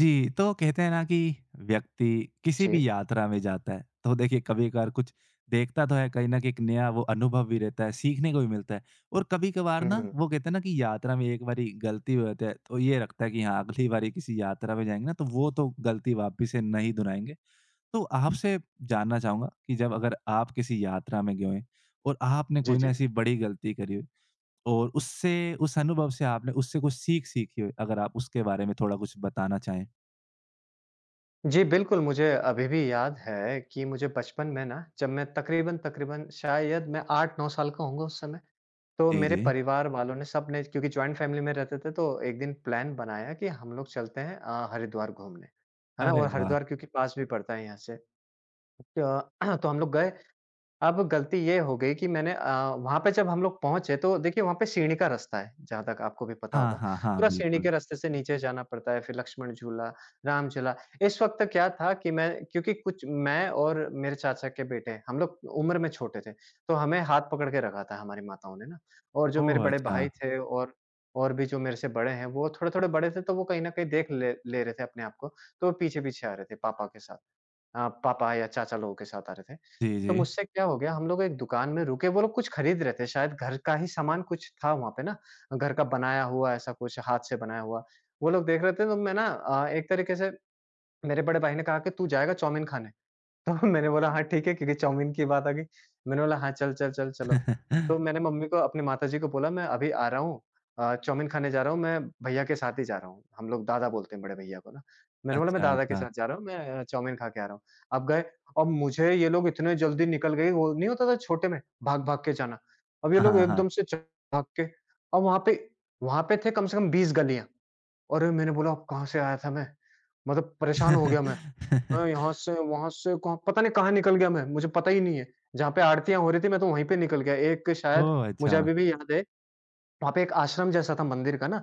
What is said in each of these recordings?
जी, तो कहते हैं ना कि व्यक्ति किसी भी जी। यात्रा में जाता है, तो देखिए कभी-कभार कुछ देखता तो है, कहीं न कहीं एक नया वो अनुभव भी रहता है, सीखने को भी मिलता है। और कभी-कभार ना हुँ। वो कहते हैं ना कि यात्रा में एक बारी गलती हो जाती है, तो ये रखता है कि हाँ, अगली बारी किसी यात्रा में जाएँगे ना, तो वो तो गलती वापिस से नहीं दोहराएँगे। तो आपसे जानना चाहूँगा कि जब अगर आप किसी यात्रा में गए हों और आपने जी, कोई ना जी। ऐसी बड़ी गलती करी हो और उससे उस अनुभव से आपने उससे कुछ सीखी हो, अगर आप उसके बारे में थोड़ा कुछ बताना चाहें? जी, बिल्कुल मुझे अभी भी याद है कि मुझे बचपन में ना जब मैं तकरीबन-तकरीबन शायद मैं 8-9 साल का होऊँगा उस समय, तो जी, मेरे जी। परिवार वालों ने सबने क्योंकि जॉइंट फैमिली में रहते थे तो एक दिन प्लान बनाया कि हम लोग चलते हैं हरिद्वार घूमने। है ना? अरे और वाह! हरिद्वार क्योंकि पास भी पड़ता है यहाँ से। तो तो हम लोग गए। अब गलती ये हो गई कि मैंने वहाँ पे जब हम लोग पहुँचे तो देखिए वहाँ पे सीढ़ी का रास्ता है, जहाँ तक आपको भी पता हाँ, होगा। हाँ, हाँ, पूरा सीढ़ी बिल्कुल। के रास्ते से नीचे जाना पड़ता है, फिर लक्ष्मण झूला, राम झूला। इस वक़्त क्या था कि मैं क्योंकि कुछ मैं और मेरे चाचा के बेटे, हम लोग उम्र में छोटे थे, तो हमें हाथ पकड़ के रखा था हमारी माताओं ने ना। और जो मेरे ओह! बड़े अच्छा। भाई थे और भी जो मेरे से बड़े हैं, वो थोड़े-थोड़े बड़े थे तो वो कहीं न कहीं देख ले ले रहे थे अपने आप को, तो पीछे-पीछे आ रहे थे पापा के साथ। पापा या चाचा लोगों के साथ आ रहे थे। जी, तो जी। मुझसे क्या हो गया, हम लोग एक दुकान में रुके, वो लोग कुछ खरीद रहे थे, शायद घर का ही सामान कुछ था वहाँ पे ना, घर का बनाया हुआ ऐसा कुछ हाथ से बनाया हुआ। वो लोग देख रहे थे तो एक तरीके से मेरे बड़े भाई ने कहा कि तू जाएगा चाउमीन खाने। तो मैंने बोला हाँ ठीक है क्योंकि चाउमीन की बात आ गई। मैंने बोला हाँ चल, चल, चल, चलो। तो मैंने मम्मी को अपनी माताजी को बोला मैं अभी आ रहा हूँ, चाउमीन खाने जा रहा हूँ, मैं भैया के साथ ही जा रहा हूँ। हम लोग दादा बोलते हैं बड़े भैया को ना। मैंने बोला मैं अच्छा, दादा के अच्छा। साथ जा रहा हूँ, मैं चाउमीन खा के आ रहा हूँ। अब गए, अब मुझे ये लोग इतने जल्दी निकल गए, वो नहीं होता था छोटे में भाग-भाग के जाना। अब ये लोग हाँ, हाँ, एकदम से च भाग के अब वहाँ पे थे कम से कम 20 गलियाँ। अरे मैंने बोला अब कहाँ से आया था मैं? मतलब परेशान हो गया मैं। हाँ। मैं यहाँ से वहाँ से कहाँ पता नहीं कहाँ निकल गया मैं, मुझे पता ही नहीं है। जहाँ पे आरतियाँ हो रही थी मैं तो वहीं पे निकल गया। एक शायद ओह! मुझे अच्छा। अभी भी याद है, वहाँ पे एक आश्रम जैसा था मंदिर का ना,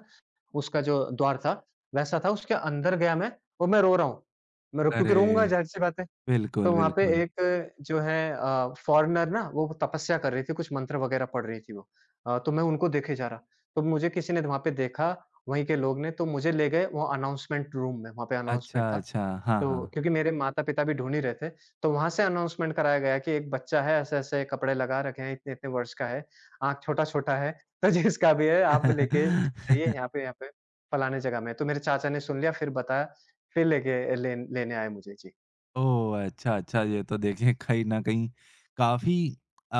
उसका जो द्वार था, वैसा था उसके अंदर गया मैं और मैं रो रहा हूँ। मैं रो क्योंकि रोऊँगा अरे! ज़ाहिर-सी बात है। बिल्कुल, तो वहाँ पे बिल्कुल। एक जो है फ़ॉरेनर ना वो तपस्या कर रही थी, कुछ मंत्र वगैरह पढ़ रही थी वो। तो मैं उनको देखे जा रहा। तो मुझे किसी ने वहाँ पे देखा, वहीं के लोग ने तो मुझे ले गए वो अनाउंसमेंट रूम में, वहाँ पे अनाउंसमेंट अच्छा, था। अच्छा। हाँ, तो हाँ। क्योंकि मेरे माता-पिता भी ढूँढ ही रहे थे, तो वहाँ से अनाउंसमेंट कराया गया कि एक बच्चा है, ऐसे-ऐसे कपड़े लगा रखे हैं, इतने-इतने वर्ष का है, आँख छोटा-छोटा है, तो जिसका भी है आप लेके जाइए यहाँ पे फलाने जगह में। तो मेरे चाचा ने सुन लिया फिर बताया, फिर लेके लेने आए मुझे। जी। ओह! अच्छा, अच्छा, ये तो देखिए कहीं न कहीं काफ़ी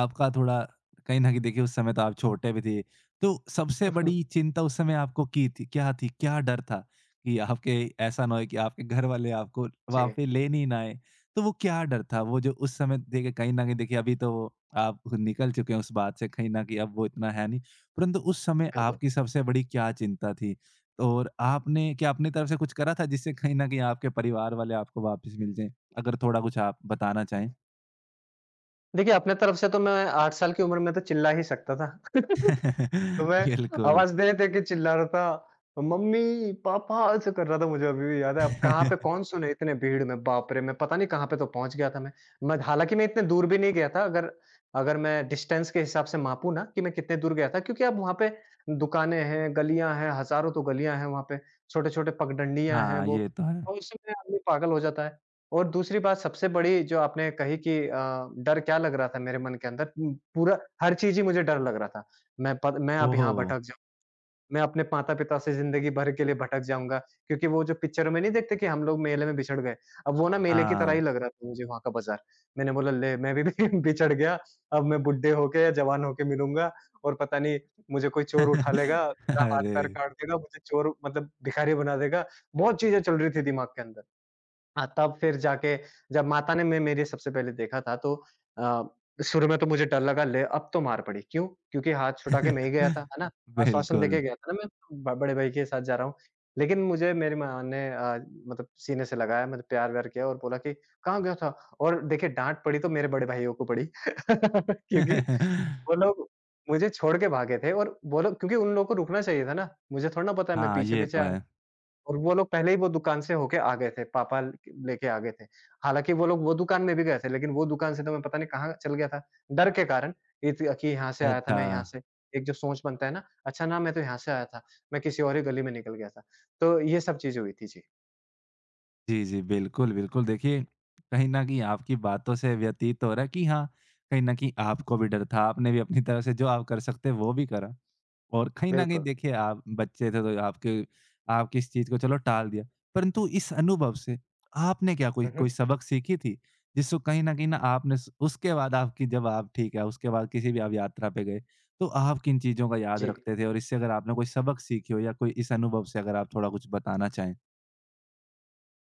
आपका थोड़ा कहीं न कहीं देखिए उस समय तो आप छोटे भी थे। तो सबसे बड़ी चिंता उस समय आपको की थी? क्या डर था कि आपके ऐसा ना हो कि आपके घर वाले आपको वहाँ जी, पे लेने ही ना आएँ? तो वो क्या डर था? वो जो उस समय देखिए कहीं न कहीं देखिए अभी तो वो आप निकल चुके हैं उस बात से, कहीं न कहीं अब वो इतना है नहीं। परंतु उस समय बिल्कुल। आपकी सबसे बड़ी क्या चिंता थी? और आपने क्या अपनी तरफ से कुछ करा था जिससे कहीं न कहीं आपके परिवार वाले आपको वापस मिल जाएँ? अगर थोड़ा कुछ आप बताना चाहें? देखिए अपने तरफ से तो मैं 8 साल की उम्र में तो चिल्ला ही सकता था। तो मैं बिल्कुल। आवाज़ दे-दे के चिल्ला रहा था, मम्मी, पापा ऐसे कर रहा था, मुझे अभी भी याद है। अब कहाँ पे कौन सुने इतने भीड़ में, बाप रे! मैं पता नहीं कहाँ पे तो पहुँच गया था मैं। मैं हालाँकि मैं इतने दूर भी नहीं गया था अगर अगर मैं डिस्टेंस के हिसाब से मापूँ ना कि मैं कितने दूर गया था क्योंकि अब वहाँ पे दुकानें हैं, गलियाँ हैं, हज़ारों तो गलियाँ हैं वहाँ पे, छोटे-छोटे पगडंडियाँ हैं हाँ, वो, ये तो है। और उसमें आदमी पागल हो जाता है। और दूसरी बात सबसे बड़ी जो आपने कही कि डर क्या लग रहा था मेरे मन के अंदर, पूरा हर चीज़ ही मुझे डर लग रहा था। मैं अब यहाँ ओह! भटक जाऊँ, मैं अपने माता-पिता से ज़िंदगी भर के लिए भटक जाऊँगा क्योंकि वो जो पिक्चर में नहीं देखते कि हम लोग मेले में बिछड़ गए, अब वो ना मेले की तरह हाँ। ही लग रहा था मुझे वहाँ का बाज़ार। मैंने बोला ले मैं भी बिछड़ गया, अब मैं बुड्ढे होके या जवान होके मिलूँगा और पता नहीं मुझे कोई चोर उठा लेगा, मेरा हाथ-पैर अरे! काट देगा, मुझे चोर मतलब भिखारी बना देगा, बहुत चीज़ें चल रही थी दिमाग के अंदर। हाँ, तब फिर जाके जब माता ने मैं मेरे सबसे पहले देखा था तो अ, शुरू में तो मुझे डर लगा ले अब तो मार पड़ी। क्यों? क्योंकि हाथ छुटा के मैं ही गया था, है ना? आश्वासन बिल्कुल। देके गया था ना मैं ब बड़े भाई के साथ जा रहा हूँ। लेकिन मुझे मेरी माँ ने, मतलब सीने से लगाया, मतलब प्यार-व्यार किया और बोला कि कहाँ गया था? और देखिए डाँट पड़ी तो मेरे बड़े भाइयों को पड़ी क्योंकि वो लोग मुझे छोड़ के भागे थे और वो लोग क्योंकि उन लोगों को रुकना चाहिए था ना। मुझे थोड़ा ना पता है मैं हाँ, ये पीछे-पीछे तो आ रहा। है। और वो लोग पहले ही वो दुकान से होके आ गए थे, पापा ल लेके आ गए थे। हालाँकि वो लोग वो दुकान में भी गए थे, लेकिन वो दुकान से तो मैं पता नहीं कहाँ चल गया था, डर के कारण। इत कि यहाँ से आया था अच्छा। मैं यहाँ से, एक जो सोच बनता है ना, अच्छा ना मैं तो यहाँ से आया था, मैं किसी और ही गली में निकल गया था। तो ये सब चीज़ें हुई थी। जी, जी, जी, बिल्कुल, बिल्कुल। देखिए, कहीं न कहीं आपकी बातों से व्यतीत हो रहा है कि हाँ, कहीं न कहीं आपको भी डर था। आपने भी अपनी तरफ से जो आप कर सकते हैं, वो भी करा। और कहीं न कहीं बिल्कुल। देखिए आप बच्चे थे तो आपके आप किस चीज़ को चलो टाल दिया। परंतु इस अनुभव से आपने क्या कोई हुँ, कोई हुँ। सबक सीखी थी? जिसको कहीं न आपने स उसके बाद आपकी जब आप ठीक है, उसके बाद किसी भी आप यात्रा पे गए, तो आप किन चीज़ों का याद जी। रखते थे? और इससे अगर आपने कोई सबक सीखी हो या कोई इस अनुभव से अगर आप थोड़ा कुछ बताना चाहें?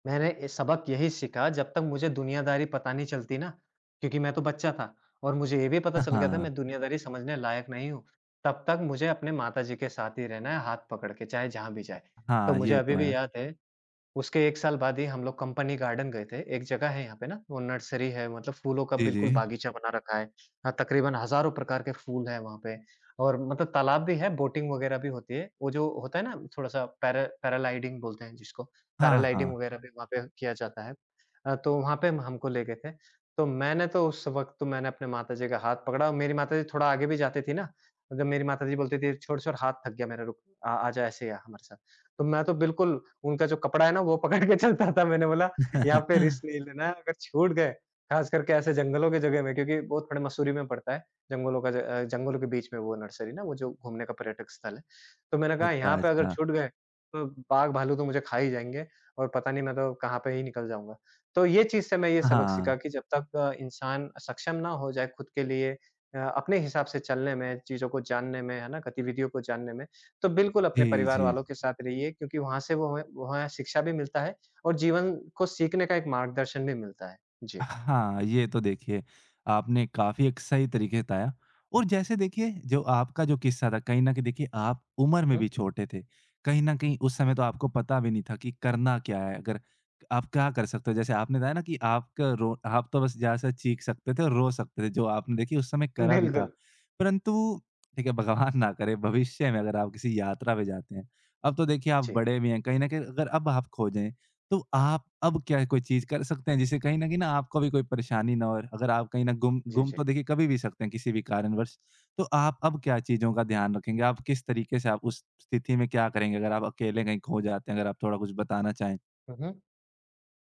मैंने ये सबक यही सीखा जब तक मुझे दुनियादारी पता नहीं चलती ना, क्योंकि मैं तो बच्चा था और मुझे ये भी पता चल गया था हाँ। मैं दुनियादारी समझने लायक नहीं हूँ। तब तक मुझे अपने माताजी के साथ ही रहना है हाथ पकड़ के, चाहे जहाँ भी जाए। तो हाँ, मुझे ये तो अभी भी है। याद है उसके 1 साल बाद ही हम लोग कंपनी गार्डन गए थे। एक जगह है यहाँ पे ना, वो नर्सरी है मतलब फूलों का जी, बिल्कुल जी। बागीचा बना रखा है। हाँ, तकरीबन हज़ारों प्रकार के फूल हैं वहाँ पे और मतलब तालाब भी है, बोटिंग वगैरह भी होती है। वो जो होता है ना थोड़ा-सा पैराग्लाइडिंग बोलते हैं जिसको, हाँ, हाँ। पैराग्लाइडिंग वगैरह भी वहाँ पे किया जाता है। तो वहाँ पे हमको ले गए थे। तो मैंने तो उस वक़्त तो मैंने अपने माताजी का हाथ पकड़ा और मेरी माताजी थोड़ा आगे भी जाती थी ना, जब मेरी माताजी बोलती थी, "छोड़, छोड़ हाथ थक गया मेरा रुक, आ आ जा ऐसे ही आ हमारे साथ।" तो मैं तो बिल्कुल उनका जो कपड़ा है ना वो पकड़ के चलता था। मैंने बोला यहाँ पे रिस्क नहीं लेना है, अगर छूट गए, ख़ास करके ऐसे जंगलों की जगह में क्योंकि वो थोड़ा मसूरी में पड़ता है, जंगलों का ज अ, जंगलों के बीच में वो नर्सरी ना वो जो घूमने का पर्यटक स्थल है। तो मैंने कहा अच्छा, यहाँ पे अगर अच्छा। छूट गए, तो बाघ-भालू तो मुझे खा ही जाएँगे और पता नहीं मैं तो कहाँ पे ही निकल जाऊँगा। तो ये चीज़ से मैं ये सबक हाँ। सीखा कि जब तक इंसान सक्षम ना हो जाए खुद के लिए, अपने हिसाब से चलने में, चीज़ों को जानने में, है ना, गतिविधियों को जानने में, तो बिल्कुल अपने जी, परिवार जी। वालों के साथ रहिए क्योंकि वहाँ से वो हमें वहाँ शिक्षा भी मिलता है और जीवन को सीखने का एक मार्गदर्शन भी मिलता है। जी। हाँ, ये तो देखिए आपने काफ़ी एक सही तरीके से बताया। और जैसे देखिए जो आपका जो किस्सा था कहीं न कहीं देखिए आप उम्र हुँ, में हुँ। भी छोटे थे। कहीं न कहीं उस समय जी। तो आपको पता भी नहीं था कि करना क्या है? अगर आप क्या कर सकते हो? जैसे आपने बताया ना कि आपका रो आप तो बस ज़्यादा से चीख सकते थे और रो सकते थे, जो आपने देखिए उस समय करा भी था। बिल्कुल। परंतु ठीक है, भगवान ना करे भविष्य में अगर आप किसी यात्रा पे जाते हैं। अब तो देखिए आप जी। बड़े भी हैं, कहीं न कहीं अगर अब आप खो जाएँ तो आप अब क्या कोई चीज़ कर सकते हैं जिससे कहीं न कहीं ना आपको भी कोई परेशानी ना हो, और अगर आप कहीं न गुम जी, गुम जी। तो देखिए कभी भी सकते हैं किसी भी कारणवश। तो आप अब क्या चीज़ों का ध्यान रखेंगे? आप किस तरीके से आप उस स्थिति में क्या करेंगे अगर आप अकेले कहीं खो जाते हैं? अगर आप थोड़ा कुछ बताना चाहें? हुँ, हुँ।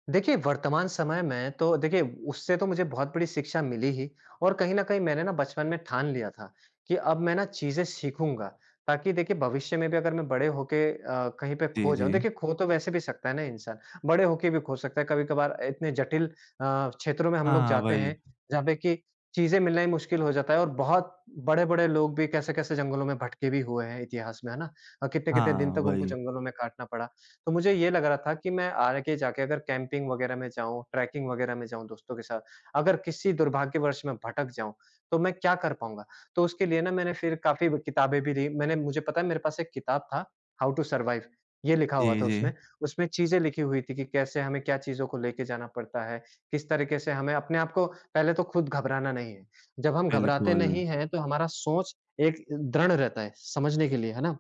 देखिए, वर्तमान समय में तो देखिए उससे तो मुझे बहुत बड़ी शिक्षा मिली ही और कहीं न कहीं मैंने ना बचपन में ठान लिया था कि अब मैं ना चीज़ें सीखूँगा ताकि देखिए भविष्य में भी अगर मैं बड़े होके कहीं पे जी, खो जी। जाऊँ, देखिए खो तो वैसे भी सकता है ना इंसान, बड़े होके भी खो सकता है। कभी-कभार इतने जटिल क्षेत्रों में हम लोग हाँ, जाते हैं वही। जहाँ पे कि चीज़ें मिलना ही मुश्किल हो जाता है और बहुत बड़े-बड़े लोग भी कैसे-कैसे जंगलों में भटके भी हुए हैं इतिहास में, है ना? कितने-कितने दिन हाँ, तक उनको वही। जंगलों में काटना पड़ा। तो मुझे ये लग रहा था कि मैं आगे जाके अगर कैंपिंग वगैरह में जाऊँ, ट्रैकिंग वगैरह में जाऊँ दोस्तों के साथ, अगर किसी दुर्भाग्यवश मैं भटक जाऊँ, तो मैं क्या कर पाऊँगा? तो उसके लिए ना मैंने फिर काफ़ी ब किताबें भी ली मैंने। मुझे पता है मेरे पास एक किताब था, "हाउ टू सरवाइव" ये लिखा हुआ जी, था जी। उसमें। उसमें चीज़ें लिखी हुई थी कि कैसे हमें क्या चीज़ों को लेके जाना पड़ता है, किस तरीके से हमें अपने आप को पहले तो खुद घबराना नहीं है। जब हम घबराते बिल्कुल। नहीं हैं, तो हमारा सोच एक दृढ़ रहता है समझने के लिए, है ना?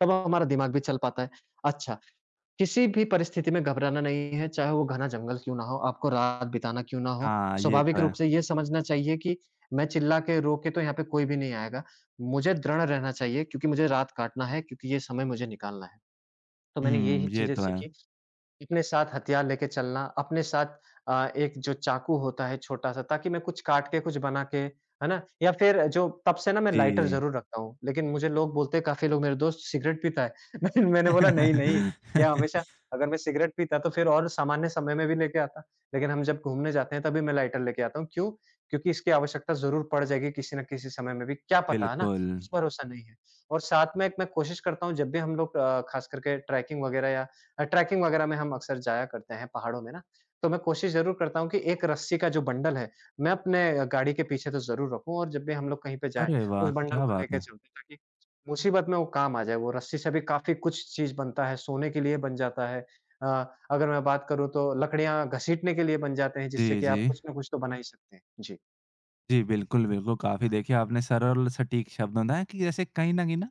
तब हमारा दिमाग भी चल पाता है। अच्छा, किसी भी परिस्थिति में घबराना नहीं है, चाहे वो घना जंगल क्यों ना हो, आपको रात बिताना क्यों ना हो। हाँ, ये तो स्वाभाविक है। रूप से ये समझना चाहिए कि मैं चिल्ला के, रो के तो यहाँ पे कोई भी नहीं आएगा। मुझे दृढ़ रहना चाहिए क्योंकि मुझे रात काटना है, क्योंकि ये समय मुझे निकालना है। तो मैंने ये हुँ, ही ये चीज़ें तो है। सीखी। अपने साथ हथियार लेके चलना, अपने साथ एक जो चाकू होता है छोटा-सा, ताकि मैं कुछ काट के कुछ बना के, है ना? या फिर जो तब से ना मैं लाइटर जी। ज़रूर रखता हूँ, लेकिन मुझे लोग बोलते हैं, काफ़ी लोग मेरे दोस्त, सिगरेट पीता है। लेकिन मैंने बोला नहीं, नहीं, यह हमेशा, अगर मैं सिगरेट पीता तो फिर और सामान्य समय में भी लेके आता, लेकिन हम जब घूमने जाते हैं तभी मैं लाइटर लेके आता हूँ। क्यों? क्योंकि इसकी आवश्यकता ज़रूर पड़ जाएगी किसी न किसी समय में भी, क्या पता, है ना? बिल्कुल। कुछ भरोसा नहीं है। और साथ में एक मैं कोशिश करता हूँ जब भी हम लोग खास करके ट्रैकिंग वगैरह या ट्रैकिंग वगैरह में हम अक्सर जाया करते हैं पहाड़ों में ना, तो मैं कोशिश ज़रूर करता हूँ कि एक रस्सी का जो बंडल है, मैं अपने गाड़ी के पीछे तो ज़रूर रखूँ और जब भी हम लोग कहीं पे जाएँ, अरे वाह! उस बंडल क्या को बात लेके है। चलते हैं ताकि मुसीबत में वो काम आ जाए। वो रस्सी से भी काफ़ी कुछ चीज़ बनता है, सोने के लिए बन जाता है। अ, अगर मैं बात करूँ तो लकड़ियाँ घसीटने के लिए बन जाते हैं जिससे जी, कि जी। आप कुछ ना कुछ तो बना ही सकते हैं। जी। जी, बिल्कुल, बिल्कुल। काफ़ी देखिए आपने सरल सटीक शब्दों में है कि जैसे कहीं न कहीं ना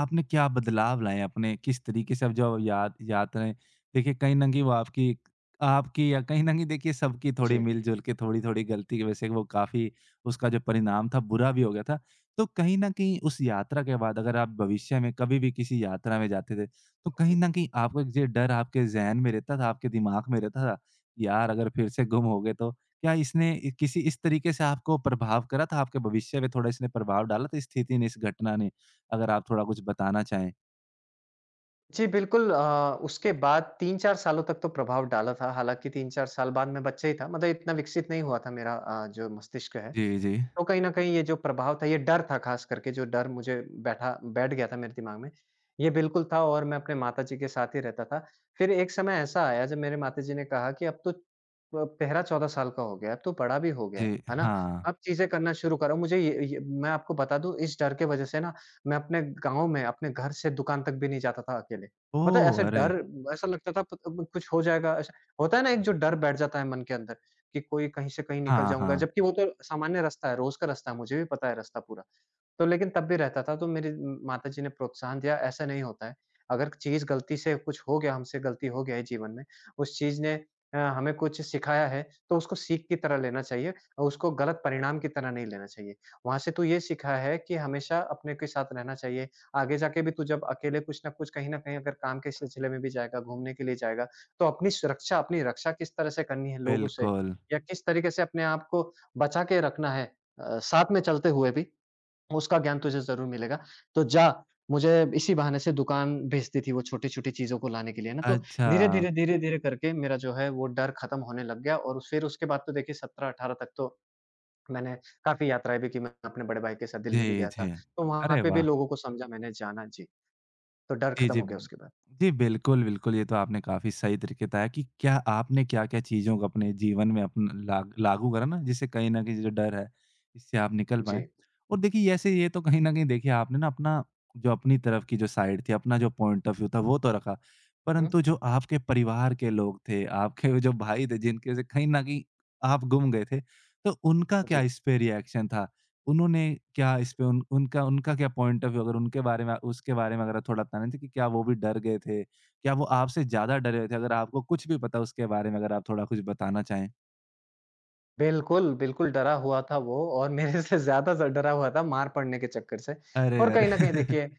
आपने क्या बदलाव लाए अपने किस तरीके से अब जो याद याद रहे। देखिए कहीं न कहीं वो आपकी आपकी या कहीं न कहीं देखिए सबकी थोड़ी जी। मिल-जुल के थोड़ी-थोड़ी गलती की वजह से वो काफ़ी उसका जो परिणाम था बुरा भी हो गया था। तो कहीं न कहीं उस यात्रा के बाद अगर आप भविष्य में कभी भी किसी यात्रा में जाते थे, तो कहीं न कहीं आपको एक ये डर आपके ज़हन में रहता था, आपके दिमाग में रहता था, यार अगर फिर से गुम हो गए तो? क्या इसने इ किसी इस तरीके से आपको प्रभाव करा था? आपके भविष्य पे थोड़ा इसने प्रभाव डाला था, इस स्थिति ने, इस घटना ने? अगर आप थोड़ा कुछ बताना चाहें। जी, बिल्कुल। उसके बाद 3-4 सालों तक तो प्रभाव डाला था, हालाँकि 3-4 साल बाद मैं बच्चा ही था, मतलब इतना विकसित नहीं हुआ था मेरा जो मस्तिष्क है। जी, जी। तो कहीं न कहीं ये जो प्रभाव था, ये डर था, ख़ास करके जो डर मुझे बैठ गया था मेरे दिमाग में, ये बिल्कुल था। और मैं अपने माताजी के साथ ही रहता था। फिर एक समय ऐसा आया जब मेरे माताजी ने कहा कि अब तो तेहरा 14 साल का हो गया है, अब तो बड़ा भी हो गया जी, है ना? हाँ। अब चीज़ें करना शुरू करो। मुझे ये मैं आपको बता दूँ, इस डर के वज़ह से ना मैं अपने गाँव में अपने घर से दुकान तक भी नहीं जाता था अकेले। मतलब ऐसे ओह! अरे! डर, ऐसा लगता था प कुछ हो जाएगा। ऐसा होता है ना, एक जो डर बैठ जाता है मन के अंदर कि कोई कहीं से कहीं निकल हाँ, जाऊँगा, हाँ। जबकि वो तो सामान्य रास्ता है, रोज़ का रास्ता है, मुझे भी पता है रास्ता पूरा। तो लेकिन तब भी रहता था, तो मेरी माताजी ने प्रोत्साहन दिया, ऐसा नहीं होता है। अगर चीज़ गलती से कुछ हो गया, हमसे गलती हो गया है जीवन में, उस चीज़ ने हमें कुछ सिखाया है, तो उसको सीख की तरह लेना चाहिए और उसको गलत परिणाम की तरह नहीं लेना चाहिए। वहाँ से तू ये सीखा है कि हमेशा अपने के साथ रहना चाहिए, आगे जाके भी तू जब अकेले कुछ न कुछ कहीं न कहीं अगर काम के सिलसिले में भी जाएगा, घूमने के लिए जाएगा, तो अपनी सुरक्षा, अपनी रक्षा किस तरह से करनी है लोगों से बिल्कुल। या किस तरीके से अपने आप को बचा के रखना है, साथ में चलते हुए भी, उसका ज्ञान तुझे ज़रूर मिलेगा। तो जा, मुझे इसी बहाने से दुकान भेजती थी वो छोटी-छोटी चीज़ों को लाने के लिए ना, तो अच्छा। धीरे-धीरे, धीरे-धीरे करके मेरा जो है वो डर खत्म होने लग गया और फिर उसके बाद तो देखिए 17-18 तक तो मैंने काफ़ी यात्राएँ भी की। मैं अपने बड़े भाई के साथ दिल्ली भी जी, गया था। जी। तो वहाँ अरे पे भी वाह! लोगों को समझा मैंने, जाना जी। तो डर जी, खत्म जी। हो गया उसके बाद। जी, बिल्कुल, बिल्कुल, ये तो आपने काफ़ी सही तरीके बताया कि क्या आपने क्या-क्या चीज़ों को अपने जीवन में अपन लाग लागू करा ना, जिससे कहीं न कहीं जो डर है, इससे आप निकल पाएँ। जी। और देखिए, ये ऐसे ये तो कहीं न कहीं देखिए, आपने ना अपना जो अपनी तरफ की जो साइड थी, अपना जो पॉइंट ऑफ व्यू था, वो तो रखा, हुँ, परंतु जो आपके परिवार के लोग थे, आपके जो भाई थे, जिनके से कहीं न कहीं आप गुम गए थे, तो उनका क्या जी। इस पे रिएक्शन था? उन्होंने क्या इस पे उन उनका उनका क्या पॉइंट ऑफ व्यू अगर उनके बारे में उसके बारे में अगर आप थोड़ा बताना थे कि क्या वो भी डर गए थे? क्या वो आपसे ज़्यादा डरे हुए थे? अगर आपको कुछ भी पता उसके बारे में अगर आप थोड़ा कुछ बताना चाहें? बिल्कुल, बिल्कुल डरा हुआ था वो और मेरे से ज़्यादा ज़ डरा हुआ था मार पड़ने के चक्कर से। अरे, और अरे! कहीं न कहीं देखिए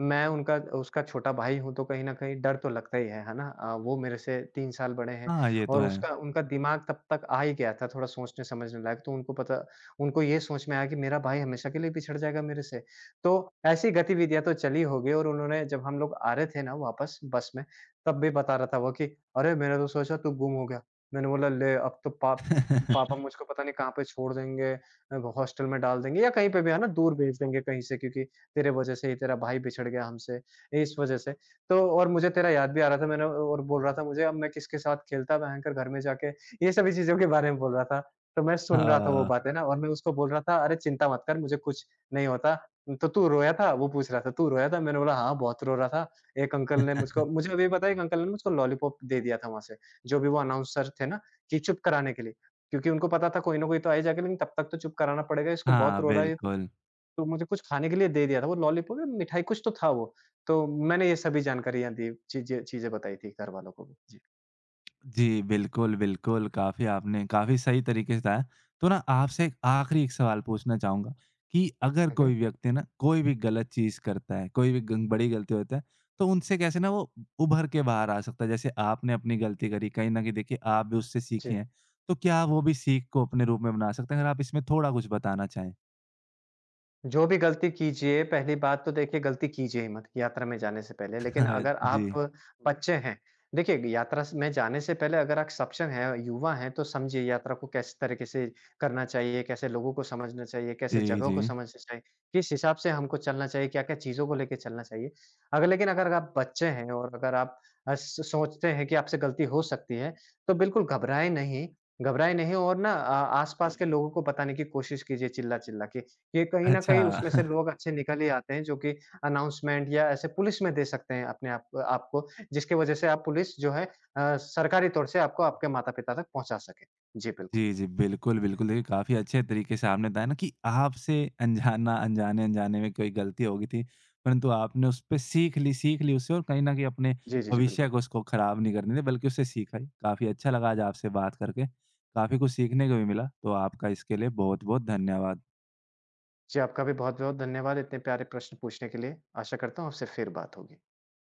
मैं उनका उसका छोटा भाई हूँ तो कहीं न कहीं डर तो लगता ही है ना? वो मेरे से 3 साल बड़े हैं हाँ, ये तो और है। उसका उनका दिमाग तब तक आ ही गया था थोड़ा सोचने-समझने लायक, तो उनको ये सोच में आया कि मेरा भाई हमेशा के लिए पिछड़ जाएगा मेरे से। तो ऐसी गतिविधियाँ तो चली होगी। और उन्होंने जब हम लोग आ रहे थे ना वापस बस में, तब भी बता रहा था वो कि, "अरे! मैंने तो सोचा तू गुम हो गया।" मैंने बोला, "ले, अब तो पापा मुझको पता नहीं कहाँ पे छोड़ देंगे, हॉस्टल में डाल देंगे या कहीं पे भी है ना दूर भेज देंगे कहीं से, क्योंकि तेरे वजह से ही तेरा भाई बिछड़ गया हमसे, इस वजह से। तो और मुझे तेरा याद भी आ रहा था।" मैंने और बोल रहा था, "मुझे अब मैं किसके साथ खेलता भयंकर घर में जाके", ये सभी चीज़ों के बारे में बोल रहा था। तो मैं सुन रहा था वो हाँ। बातें ना और मैं उसको बोल रहा था, "अरे चिंता मत कर मुझे कुछ नहीं होता। तो तू रोया था?" वो पूछ रहा था, "तू रोया था?" मैंने बोला, "हाँ, बहुत रो रहा था। एक अंकल ने मुझको..." मुझे अभी पता है एक अंकल ने मुझको लॉलीपॉप दे दिया था वहाँ से, जो भी वो अनाउंसर थे ना, कि चुप कराने के लिए। क्योंकि उनको पता था कोई ना कोई तो आ ही जाएगा लेकिन तब तक तो चुप कराना पड़ेगा, इसको, बहुत हाँ, रो रहा है ये तो। बिल्कुल। तो मुझे कुछ खाने के लिए दे दिया था, वो लॉलीपॉप या मिठाई कुछ तो था वो। तो मैंने ये सभी जानकारियाँ दी, चीज़ें चीज़ें बताई थी घरवालों को भी। जी। जी, बिल्कुल, बिल्कुल। काफ़ी आपने काफ़ी सही तरीके से बताया। तो ना आपसे एक आखिरी एक सवाल पूछना चाहूँगा कि अगर हुँ, कोई हुँ। व्यक्ति ना कोई भी गलत चीज़ करता है, कोई भी गं बड़ी गलती होता है, तो उनसे कैसे ना वो उभर के बाहर आ सकता है? जैसे आपने अपनी गलती करी, कहीं न कहीं देखिए आप भी उससे जी। सीखी हैं। तो क्या वो भी सीख को अपने रूप में बना सकते हैं? अगर आप इसमें थोड़ा कुछ बताना चाहें? जो भी गलती कीजिए, पहली बात तो देखिए गलती कीजिए ही मत यात्रा में जाने से पहले। लेकिन अगर जी, आप हुँ। बच्चे हैं, देखिए यात्रा स में जाने से पहले अगर आप सक्षम हैं, युवा हैं तो समझिए यात्रा को किस तरीके से करना चाहिए, कैसे लोगों को समझना चाहिए, कैसे जी, जगहों जी। को समझना चाहिए, किस हिसाब से हमको चलना चाहिए, क्या-क्या चीज़ों को लेके चलना चाहिए। अगर लेकिन अगर आप बच्चे हैं और अगर आप स सोचते हैं कि आपसे गलती हो सकती है, तो बिल्कुल घबराएँ नहीं और ना आस-पास हुँ। के लोगों को बताने की कोशिश कीजिए चिल्ला-चिल्ला के। ये कहीं न अच्छा। कहीं उसमें से लोग अच्छे निकल ही आते हैं जो कि अनाउंसमेंट या ऐसे पुलिस में दे सकते हैं अपने आप आपको, जिसकी वजह से आप पुलिस जो है, सरकारी तौर से आपको आपके माता-पिता तक पहुँचा सके। जी, बिल्कुल। जी, जी। बिल्कुल, बिल्कुल। देखिए, काफ़ी अच्छे तरीके से आपने बताया ना कि आपसे अनजाना अनजाने-अनजाने में कोई गलती हो गई थी, परंतु आपने उसपे सीख ली उससे और कहीं न कहीं अपने जी, जी, जी, भविष्य बिल्कुल। को उसको खराब नहीं करने दिया, बल्कि उससे सीखा ही। काफ़ी अच्छा लगा आज आपसे बात करके, काफ़ी कुछ सीखने को भी मिला, तो आपका इसके लिए बहुत-बहुत धन्यवाद। जी, आपका भी बहुत-बहुत धन्यवाद इतने प्यारे प्रश्न पूछने के लिए। आशा करता हूँ आपसे फिर बात होगी।